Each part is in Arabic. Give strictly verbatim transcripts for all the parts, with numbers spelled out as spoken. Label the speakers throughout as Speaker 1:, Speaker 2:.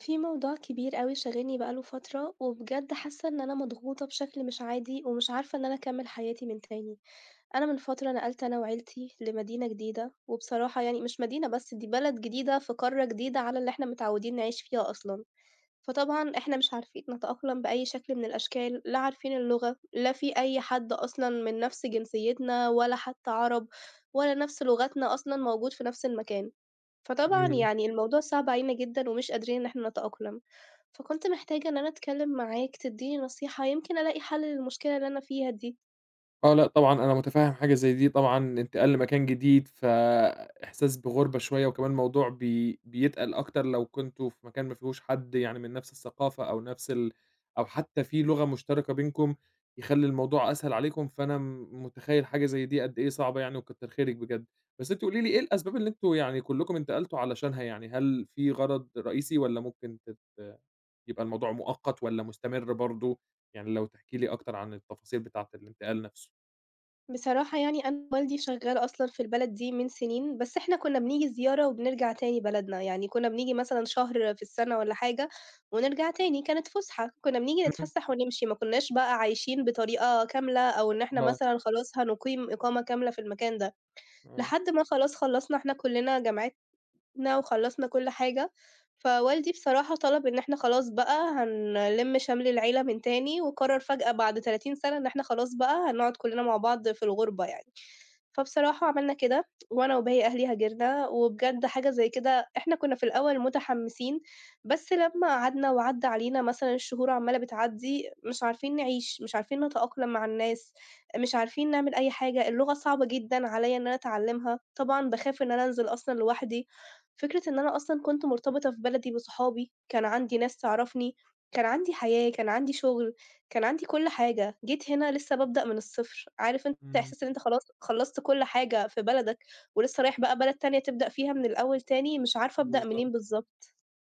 Speaker 1: في موضوع كبير أوي شاغلني بقى له فترة، وبجد حاسة إن أنا مضغوطة بشكل مش عادي، ومش عارفة إن أنا أكمّل حياتي من تاني. أنا من فترة نقلت أنا وعيلتي لمدينة جديدة، وبصراحة يعني مش مدينة بس، دي بلد جديدة في قارة جديدة على اللي إحنا متعودين نعيش فيها أصلًا. فطبعًا إحنا مش عارفين نتأقلم بأي شكل من الأشكال، لا عارفين اللغة، لا في أي حد أصلًا من نفس جنسيتنا، ولا حتى عرب، ولا نفس لغتنا أصلًا موجود في نفس المكان. فطبعًا
Speaker 2: إمم.
Speaker 1: يعني الموضوع صعب علينا جدًا ومش قادرين إن إحنا نتأقلم، فكنت محتاجة إن أنا أتكلم معاك تدّيني نصيحة يمكن ألاقي حل للمشكلة اللي أنا فيها دي.
Speaker 2: آه، لأ طبعًا أنا مُتفهِّم حاجة زي دي طبعًا، انتقال لمكان جديد، فإحساس بغُربة شوية، وكمان الموضوع بي بيتقل أكتر لو كنتم في مكان ما فيهوش حد يعني من نَفْس الثقافة أو نَفْس ال أو حتى في لغة مشتركة بينكم، يخلّي الموضوع أسهل عليكم، فأنا م مُتخيّل حاجة زي دي قد إيه صعبة يعني وكتّر خيرِك بجد. بس أنتِ قولي لي إيه الأسباب اللي أنتم يعني كلّكم انتقلتوا علشانها يعني، هل في غرض رئيسي والّا ممكن تت يبقى الموضوع مؤقت والّا مستمر برضه؟ يعني لو تحكي لي أكتر عن التفاصيل بتاعة الانتقال نَفْسه.
Speaker 1: بصراحة يعني أنا والدي شغّال أصلًا في البلد دي من سنين، بس إحنا كُنّا بنيجي زيارة وبنرجع تاني بلدنا، يعني كُنّا بنيجي مثلًا شهر في السَنة والّا حاجة ونرجع تاني، كانت فُسحة، كُنّا بنيجي
Speaker 2: إمم.
Speaker 1: نتفسّح ونمشي، ما كُنّاش بقى عايشين بطريقة كاملة أو إن إحنا
Speaker 2: آه.
Speaker 1: مثلًا خلاص هنُقيم إقامة كاملة في المكان ده،
Speaker 2: آه.
Speaker 1: لحد ما خلاص خلّصنا إحنا كُلّنا جامعات خلصنا وخلّصنا كل حاجة، فوالدي بصراحة طلب إن إحنا خلاص بقى هنلِم شمل العيلة من تاني، وقرر فجأة بعد تلاتين سَنة إن إحنا خلاص بقى هنقعد كلنا مع بعض في الغُربة يعني. فبصراحة عملنا كده، وأنا وباقي أهلي هاجرنا، وبجد حاجة زي كده إحنا كنا في الأول متحمسين، بس لمّا قعدنا وعدّى علينا مثلًا الشهور عمّالة بتعدّي، مش عارفين نعيش، مش عارفين نتأقلم مع الناس، مش عارفين نعمل أي حاجة، اللغة صعبة جدًا عليّا إن أنا أتعلّمها، طبعًا باخاف إن أنا أنزل أصلًا لوحدي. فكرة إن أنا أصلًا كنت مرتبطة في بلدي بصحابي، كان عندي ناس تعرفني، كان عندي حياة، كان عندي شغل، كان عندي كل حاجة، جيت هنا لسه بابدأ من الصفر، عارف أنت
Speaker 2: إمم.
Speaker 1: إحساس إن أنت خلاص خلّصت كل حاجة في بلدك ولسه رايح بقى بلد تانية تبدأ فيها من الأول تاني، مش عارفة أبدأ
Speaker 2: بالضبط.
Speaker 1: منين بالضبط.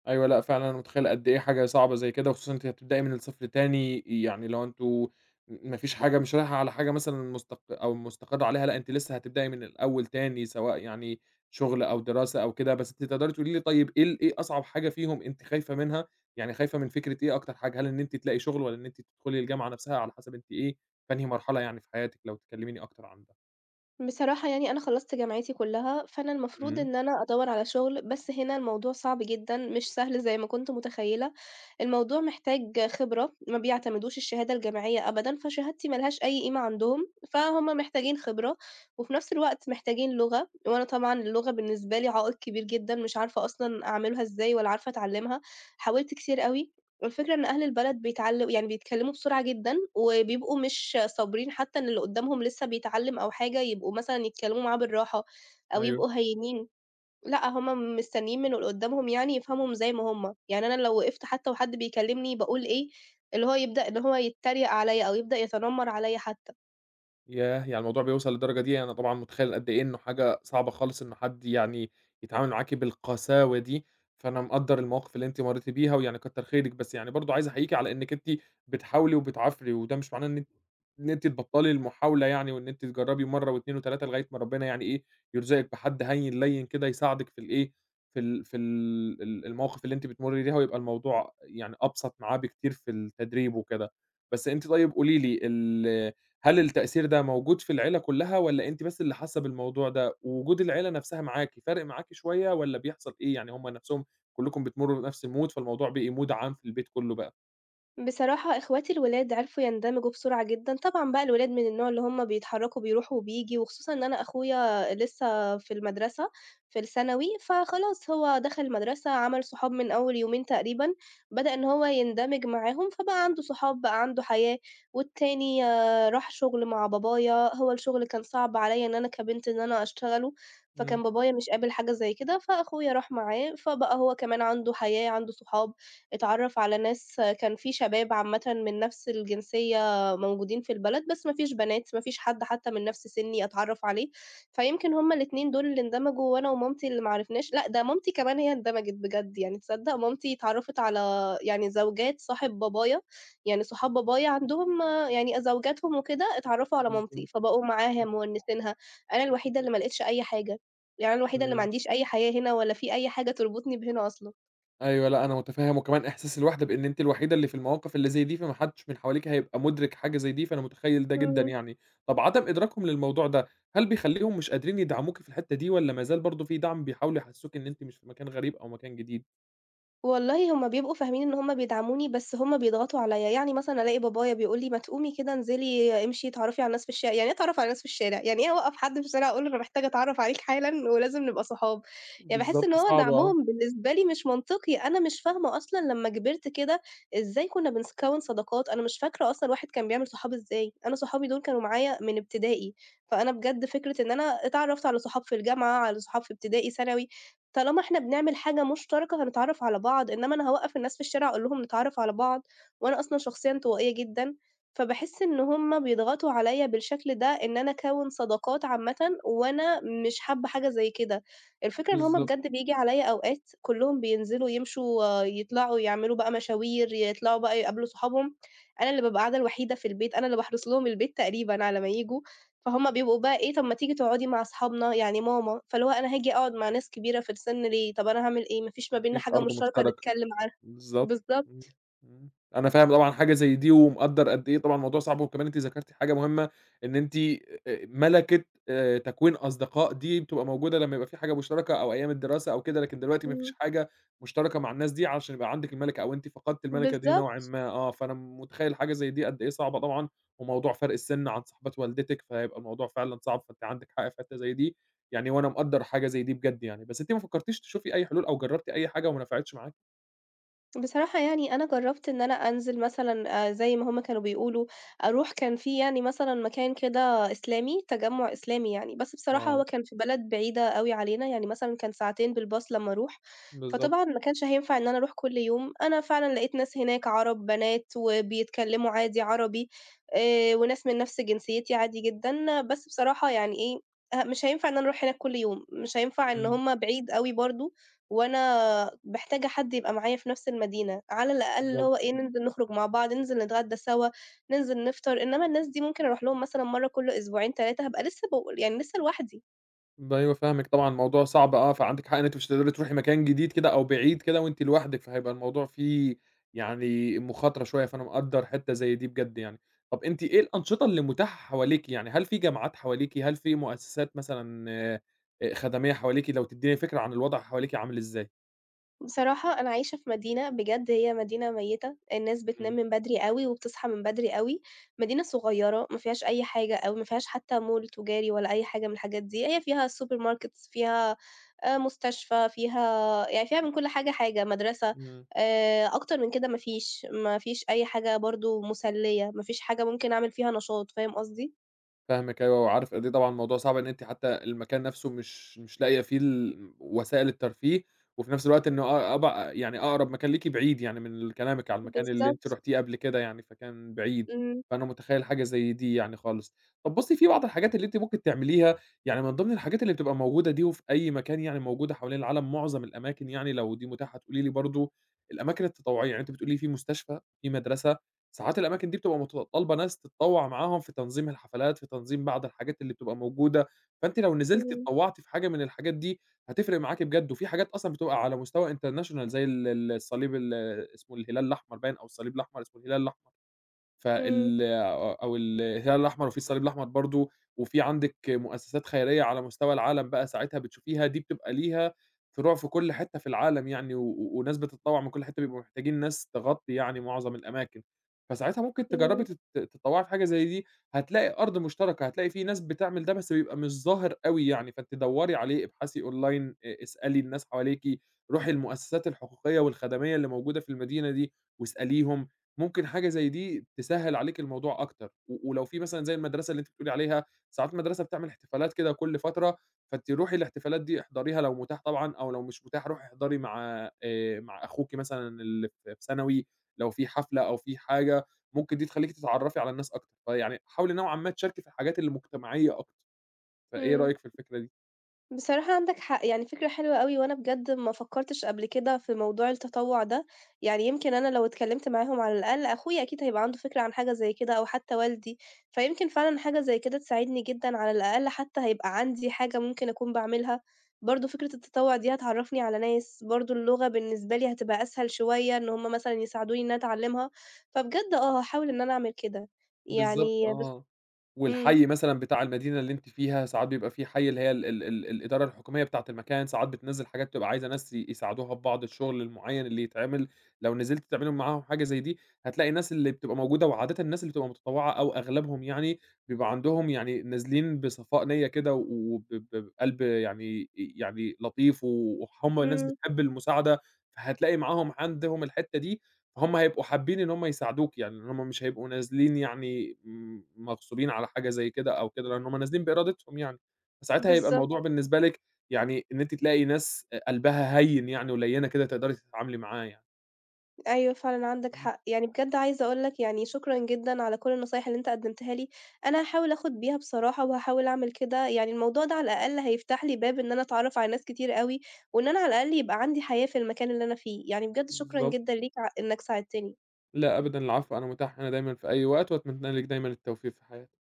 Speaker 2: أيوه، لأ فعلًا أنا متخيّل قد إيه حاجة صعبة زي كده، وخصوصًا أنتِ هتبدئي من الصفر تاني، يعني لو أنتم ما فيش حاجة مش رايحة على حاجة مثلًا مستق أو مستقرة عليها، لأ أنتِ لسه هتبدئي من الأول تاني، سواء يعني شغل أو دراسة أو كده، بس أنتِ تقدري تقولي لي طيب إيه ال إيه أصعب حاجة فيهم أنتِ خايفة منها؟ يعني خايفة من فكرة إيه أكتر حاجة؟ هل إن أنتِ تلاقي شغل، والّا إن أنتِ تدخلي الجامعة نفسها، على حسب أنتِ إيه في أنهي مرحلة يعني في حياتِك لو تكلميني أكتر عن ده؟
Speaker 1: بصراحة يعني أنا خلّصت جامعتي كلّها، فأنا المفروض
Speaker 2: إمم.
Speaker 1: إن أنا أدوّر على شغل، بس هنا الموضوع صعب جدًا، مش سهل زي ما كنت متخيّلة، الموضوع محتاج خبرة، ما بيعتمدوش الشهادة الجامعية أبدًا، فشهادتي ما لهاش أي قيمة عندهم، فهُم محتاجين خبرة، وفي نفس الوقت محتاجين لغة، وأنا طبعًا اللغة بالنسبة لي عائق كبير جدًا، مش عارفة أصلًا أعملها إزاي ولا عارفة أتعلمها، حاولت كتير أوي، والفكرة إن أهل البلد بيتعل يعني بيتكلموا بسرعة جدًا، وبيبقوا مش صابرين حتى إن اللي قدامهم لسه بيتعلم أو حاجة، يبقوا مثلًا يتكلموا معاه بالراحة، أو
Speaker 2: أيوه.
Speaker 1: يبقوا هاينين. لأ، هُم مستنيين من اللي قدّامهم يعني يفهمهم زي ما هُم، يعني أنا لو وقفت حتى وحد بيكلمني باقول إيه، اللي هو يبدأ إن هو يتريق عليَّ أو يبدأ يتنمر عليَّ حتى.
Speaker 2: ياه! يعني الموضوع بيوصل للدرجة دي، أنا طبعًا متخيّل قد إيه إنه حاجة صعبة خالص إنه حد يعني يتعامل معاكِ بالقساوة دي، فأنا مقدّر المواقف اللي أنتِ مرّيتِ بيها ويعني كتّر خيرِك، بس يعني برضه عايز أحييكِ على إنِّك أنتِ بتحاولي وبتعافري، وده مش معناه إن أنتِ إن أنتِ تبطّلي المحاولة يعني وإن أنتِ تجرّبي مرّة و2 و3 لغاية ما ربنا يعني إيه، يرزقِك بحد هَيِّن لَيِّن كده يساعدِك في الإيه، في ال في ال ال المواقف اللي أنتِ بتمُرّي بيها ويبقى الموضوع يعني أبسط معاه بكتير في التدريب وكده. بس أنتِ طيب قولي لي ال هل التأثير ده موجود في العيلة كلّها والّا أنتِ بس اللي حاسة بالموضوع ده، ووجود العيلة نفسها معاكِ فارق معاكِ شوية والّا بيحصل إيه؟ يعني هم نفسهم كلّكم بتمرّوا بنفس الmood فالموضوع بقي mood عام في البيت كلّه بقى؟
Speaker 1: بصراحة إخواتي الولاد عرفوا يندمجوا بسرعة جدًا، طبعًا بقى الولاد من النوع اللي هُم بيتحركوا بيروحوا وبييجوا، وخصوصًا إن أنا أخويا لسه في المدرسة، في الثانوي، فخلاص هو دخل المدرسة، عمل صحاب من أول يومين تقريبًا، بدأ إن هو يندمج معاهم، فبقى عنده صحاب، بقى عنده حياة، والتاني آه، راح شغل مع بابايا، هو الشغل كان صعب عليَّ إن أنا كبنت إن أنا أشتغله،
Speaker 2: إمم.
Speaker 1: فكان بابايا مش قابل حاجة زي كده، فأخويا راح معاه، فبقى هو كمان عنده حياة، عنده صحاب. اتعرّف على ناس كان في شباب عامةً من نَفْس الجنسية موجودين في البلد، بس ما فيش بنات، ما فيش حد حتى من نَفْس سِنّي أتعرّف عليه، فيمكن هُم الاتنين دول اللي اندمجوا وأنا ومامتي اللي ما عرفناش لأ، ده مامتي كمان هي اندمجت بجد يعني، تصدّق مامتي اتعرّفت على يعني زوجات صاحب بابايا، يعني صحاب بابايا عندهم آه، يعني زوجاتهم وكده اتعرّفوا على مامتي،
Speaker 2: بالضبط.
Speaker 1: فبقوا معاها
Speaker 2: إمم.
Speaker 1: مونسينها، أنا الوحيدة اللي ما لقيتش أي حاجة، يعني أنا الوحيدة اللي ما
Speaker 2: إمم.
Speaker 1: عنديش أي حياة هنا ولا في أي حاجة تربطني بهنا أصلًا.
Speaker 2: أيوه، لأ أنا متفهم وكمان إحساس الوحدة بإن أنتِ الوحيدة اللي في المواقف اللي زي دي، فما حدش من حواليكِ هيبقى مدرك حاجة زي دي، فأنا متخيّل ده جدًا
Speaker 1: إمم.
Speaker 2: يعني. طب عدم إدراكهم للموضوع ده، هل بيخلّيهم مش قادرين يدعموكِ في الحتّة دي والّا ما زال برضه في دعم بيحاولوا يحسّسوكِ إن أنتِ مش في مكان غريب أو مكان جديد؟
Speaker 1: والله هُم بيبقوا فاهمين إن هُم بيدعموني، بس هُم بيضغطوا عليَّ، يعني مثلًا ألاقي بابايا بيقول لي: "ما تقومي كده انزلي امشي اتعرفي على الناس في الشارع." يعني إيه أتعرف على الناس في الشارع؟ يعني إيه أوقّف حد في الشارع أقول له أنا محتاجة أتعرف عليك حالًا ولازم نبقى صحاب؟ يعني باحس إن
Speaker 2: بالضبط.
Speaker 1: هو
Speaker 2: صعب آه.
Speaker 1: دعمهم بالنسبة لي مش منطقي، أنا مش فاهمة أصلًا لمّا كبرت كده إزاي كنا بنكوّن صداقات، أنا مش فاكرة أصلًا الواحد كان بيعمل صحاب إزاي، أنا صحابي دول كانوا معايا من ابتدائي، فأنا بجد فكرة إن أنا اتعرفت على صحاب في الجامعة، على صحاب في ابتدائي، ثانوي، طالما إحنا بنعمل حاجة مشتركة هنتعرّف على بعض، إنّما أنا هاوقّف الناس في الشارع أقول لهم نتعرّف على بعض، وأنا أصلًا شخصية انطوائية جدًا، فباحس إن هُم بيضغطوا عليَّ بالشكل ده إن أنا أكوّن صداقات عامةً، وأنا مش حابة حاجة زي كده. الفكرة إن هُم
Speaker 2: بالضبط.
Speaker 1: بجد بييجي عليَّ أوقات كلّهم بينزلوا يمشوا آه، يطلعوا يعملوا بقى مشاوير، يطلعوا بقى يقابلوا صحابهم، أنا اللي بابقى قاعدة الوحيدة في البيت، أنا اللي باحرس لهم البيت تقريبًا على ما ييجوا. فهُم بيبقوا بقى إيه، طَب ما تيجي تقعدي مع أصحابنا، يعني ماما، فاللي هو أنا هاجي أقعد مع ناس كبيرة في السِن ليه؟ طَب أنا هاعمل إيه؟ ما فيش ما
Speaker 2: ما
Speaker 1: بيننا
Speaker 2: فيش
Speaker 1: حاجة
Speaker 2: أرض
Speaker 1: مشتركة
Speaker 2: مشتركة.
Speaker 1: نتكلّم عنها
Speaker 2: بالضبط. إمم.
Speaker 1: بالضبط،
Speaker 2: إمم. أنا فاهم طبعًا حاجة زي دي ومقدّر قد إيه طبعًا الموضوع صعب، وكمان أنتِ ذكرتِ حاجة مهمة إن أنتِ آآ، ملكة آآ، تكوين أصدقاء دي بتبقى موجودة لمّا يبقى في حاجة مشتركة أو أيام الدراسة أو كده، لكن دلوقتي ما فيش
Speaker 1: إمم،
Speaker 2: حاجة مشتركة مع الناس دي علشان يبقى عندِك الملكة أو أنتِ فقدتِ الملكة دي نوعًا
Speaker 1: بالضبط.
Speaker 2: ما آه، فأنا متخيّل حاجة زي دي قد إيه صعبة طبعًا، وموضوع فرق السِن عن صاحبة والدتِك، فهيبقى الموضوع فعلًا صعب، فأنتِ عندِك حق في حتّة زي دي يعني، وأنا مقدّر حاجة زي دي بجد يعني، بس أنتِ ما فكرتيش تشوفي أي حلول أو جرّبتِ أي حاجة وما نفعتش معاكِ؟
Speaker 1: بصراحة يعني أنا جرّبت إن أنا أنزل مثلًا آآ زي ما هُم كانوا بيقولوا، أروح كان في يعني مثلًا مكان كده إسلامي، تجمُّع إسلامي يعني، بس بصراحة
Speaker 2: آه.
Speaker 1: هو كان في بلد بعيدة أوي علينا، يعني مثلًا كان ساعتين بالباص لمّا أروح،
Speaker 2: بالضبط.
Speaker 1: فطبعًا ما كانش هينفع إن أنا أروح كل يوم، أنا فعلًا لقيت ناس هناك عَرَب، بنات وبيتكلّموا عادي عربي، آآ وناس من نَفْس جنسيتي عادي جدًا، بس بصراحة يعني إيه، ه مش هينفع إن أنا أروح هناك كل يوم، مش هينفع إن
Speaker 2: إمم.
Speaker 1: هُم بعيد أوي برضه، وأنا محتاجة حد يبقى معايا في نفس المدينة، على الأقل اللي
Speaker 2: بالضبط.
Speaker 1: هو إيه، ننزل نخرج مع بعض، ننزل نتغدى سوا، ننزل نفطر، إنما الناس دي ممكن أروح لهم مثلًا مرّة كل أسبوعين، ثلاث هابقى لسه ب يعني لسه لوحدي.
Speaker 2: ب أيوه فاهمِك طبعًا، الموضوع صعب آه، فعندِك حق إن أنتِ مش هتقدري تروحي مكان جديد كده أو بعيد كده وأنتِ لوحدِك، فهيبقى الموضوع فيه يعني مخاطرة شوية، فأنا مقدّر حتّة زي دي بجد يعني. طَب أنتِ إيه الأنشطة اللي متاحة حواليكِ؟ يعني هل في جامعات حواليكِ، هل في مؤسسات مثلًا آآ خدمية حواليكِ؟ لو تدّيني فكرة عن الوضع حواليكِ عامل إزاي؟
Speaker 1: بصراحة أنا عايشة في مدينة بجد هي مدينة ميتة، الناس بتنام
Speaker 2: إمم.
Speaker 1: من بدري أوي وبتصحى من بدري أوي، مدينة صغيرة ما فيهاش أي حاجة أوي، ما فيهاش حتى مول تجاري ولا أي حاجة من الحاجات دي، هي فيها سوبر ماركتس، فيها آآ مستشفى، فيها يعني فيها من كل حاجة حاجة، مدرسة،
Speaker 2: إمم.
Speaker 1: آآ أكتر من كده ما فيش، ما فيش أي حاجة برضه مسلية، ما فيش حاجة ممكن أعمل فيها نشاط، فاهم قصدي؟
Speaker 2: فاهمِك أيوه، وعارف قد إيه طبعًا الموضوع صعب إن أنتِ حتى المكان نفسه مش مش لاقية فيه ال وسائل الترفيه، وفي نفس الوقت إنه أ أب يعني أقرب مكان ليكِ بعيد يعني من ال كلامِك على المكان اللي أنتِ
Speaker 1: بالضبط،
Speaker 2: رُحتيه قبل كده يعني، فكان بعيد،
Speaker 1: إمم،
Speaker 2: فأنا متخيّل حاجة زي دي يعني خالص. طَب بُصّي، في بعض الحاجات اللي أنتِ ممكن تعمليها، يعني من ضمن الحاجات اللي بتبقى موجودة دي وفي أي مكان يعني موجودة حوالين العالم، معظم الأماكن يعني لو دي متاحة تقولي لي برضه، الأماكن التطوعية، يعني أنتِ بتقولي لي في مستشفى، في مدرسة ساعات الأماكن دي بتبقى متطلّبة ناس تتطوّع معاهم في تنظيم الحفلات، في تنظيم بعض الحاجات اللي بتبقى موجودة، فأنتِ لو نزلتِ
Speaker 1: إمم،
Speaker 2: اتطوّعتِ في حاجة من الحاجات دي هتفرق معاكِ بجد، وفي حاجات أصلًا بتبقى على مستوى international زي ال ال الصليب ال اسمه الهلال الأحمر باين أو الصليب الأحمر، اسمه الهلال الأحمر.
Speaker 1: إمم،
Speaker 2: فال أو الهلال الأحمر وفي الصليب الأحمر برضه، وفي عندِك مؤسسات خيرية على مستوى العالم بقى ساعتها بتشوفيها، دي بتبقى ليها فروع في كل حتة في العالم يعني، و و- وناس بتتطوّع من كل حتة، بيبقوا محتاجين ناس تغطّي يعني معظم الأماكن، فساعتها ممكن تجرّبي
Speaker 1: إمم،
Speaker 2: تت تتطوّعي في حاجة زي دي، هتلاقي أرض مشتركة، هتلاقي في ناس بتعمل ده بس بيبقى مش ظاهر أوي يعني، فأنتِ دوّري عليه، ابحثي أونلاين، أ اسألي الناس حواليكِ، روحي المؤسسات الحقوقية والخدمية اللي موجودة في المدينة دي واسأليهم. ممكن حاجة زي دي تسهّل عليكِ الموضوع أكتر، و ولو في مثلًا زي المدرسة اللي أنتِ بتقولي عليها، ساعات المدرسة بتعمل احتفالات كده كل فترة، فأنتِ روحي الاحتفالات دي احضريها لو متاح طبعًا، أو لو مش متاح روحي احضري مع آآ، مع أخوكِ مثلًا اللي في في ثانوي، لو في حفلة أو في حاجة، ممكن دي تخلّيكِ تتعرّفي على الناس أكتر، فيعني حاولي نوعًا ما تشاركي في الحاجات المجتمعية أكتر، فإيه
Speaker 1: إمم.
Speaker 2: رأيِك في الفكرة دي؟
Speaker 1: بصراحة عندك حق، يعني فكرة حلوة أوي، وأنا بجد ما فكّرتش قبل كده في موضوع التطوّع ده، يعني يمكن أنا لو اتكلّمت معاهم على الأقل أخويا أكيد هيبقى عنده فكرة عن حاجة زي كده أو حتى والدي، فيمكن فعلًا حاجة زي كده تساعدني جدًا، على الأقل حتى هيبقى عندي حاجة ممكن أكون باعملها، برضه فكرة التطوّع دي هتعرّفني على ناس، برضه اللغة بالنسبة لي هتبقى أسهل شوية إن هُم مثلًا يساعدوني إن أنا أتعلّمها، فبجد آه هاحاول إن أنا أعمل كده،
Speaker 2: بالضبط
Speaker 1: يعني بس
Speaker 2: آه،
Speaker 1: إمم،
Speaker 2: والحي مثلًا بتاع المدينة اللي أنتِ فيها ساعات بيبقى في حي اللي هي ال ال ال الإدارة الحكومية بتاعة المكان، ساعات بتنزّل حاجات بتبقى عايزة ناس ي يساعدوها في بعض الشغل المعيّن اللي يتعمل، لو نزلتِ تعملي معاهم حاجة زي دي، هتلاقي الناس اللي بتبقى موجودة وعادةً الناس اللي بتبقى متطوعة أو أغلبهم يعني، بيبقى عندهم يعني نازلين بصفاء نية كده وب ب بقلب يعني يعني لطيف، وهُم ناس
Speaker 1: إمم،
Speaker 2: بتحب المساعدة، فهتلاقي معاهم عندهم الحتّة دي هُم هيبقوا حابين إن هُم يساعدوك، يعني إن هُم مش هيبقوا نازلين يعني م مغصوبين على حاجة زي كده أو كده، لإن هُم نازلين بإرادتهم يعني، فساعتها هيبقى
Speaker 1: بالضبط.
Speaker 2: الموضوع بالنسبة لِك يعني إن أنتِ تلاقي ناس آآ قلبها هيّن يعني وليّنة كده تقدري تتعاملي معاه يعني.
Speaker 1: أيوه فعلًا عندك
Speaker 2: إمم.
Speaker 1: حق، يعني بجد عايزة أقول لك يعني شكرًا جدًا على كل النصايح اللي أنت قدّمتها لي، أنا هاحاول آخُد بيها بصراحة وهاحاول أعمل كده، يعني الموضوع ده على الأقل هيفتح لي باب إن أنا أتعرّف على ناس كتير أوي، وإن أنا على الأقل يبقى عندي حياة في المكان اللي أنا فيه، يعني بجد شكرًا
Speaker 2: بالضبط.
Speaker 1: جدًا ليك ع إنك ساعدتني.
Speaker 2: لا أبدًا، العفو، أنا متاح هنا دايمًا في أي وقت وأتمنى لِك دايمًا التوفيق في حياتِك.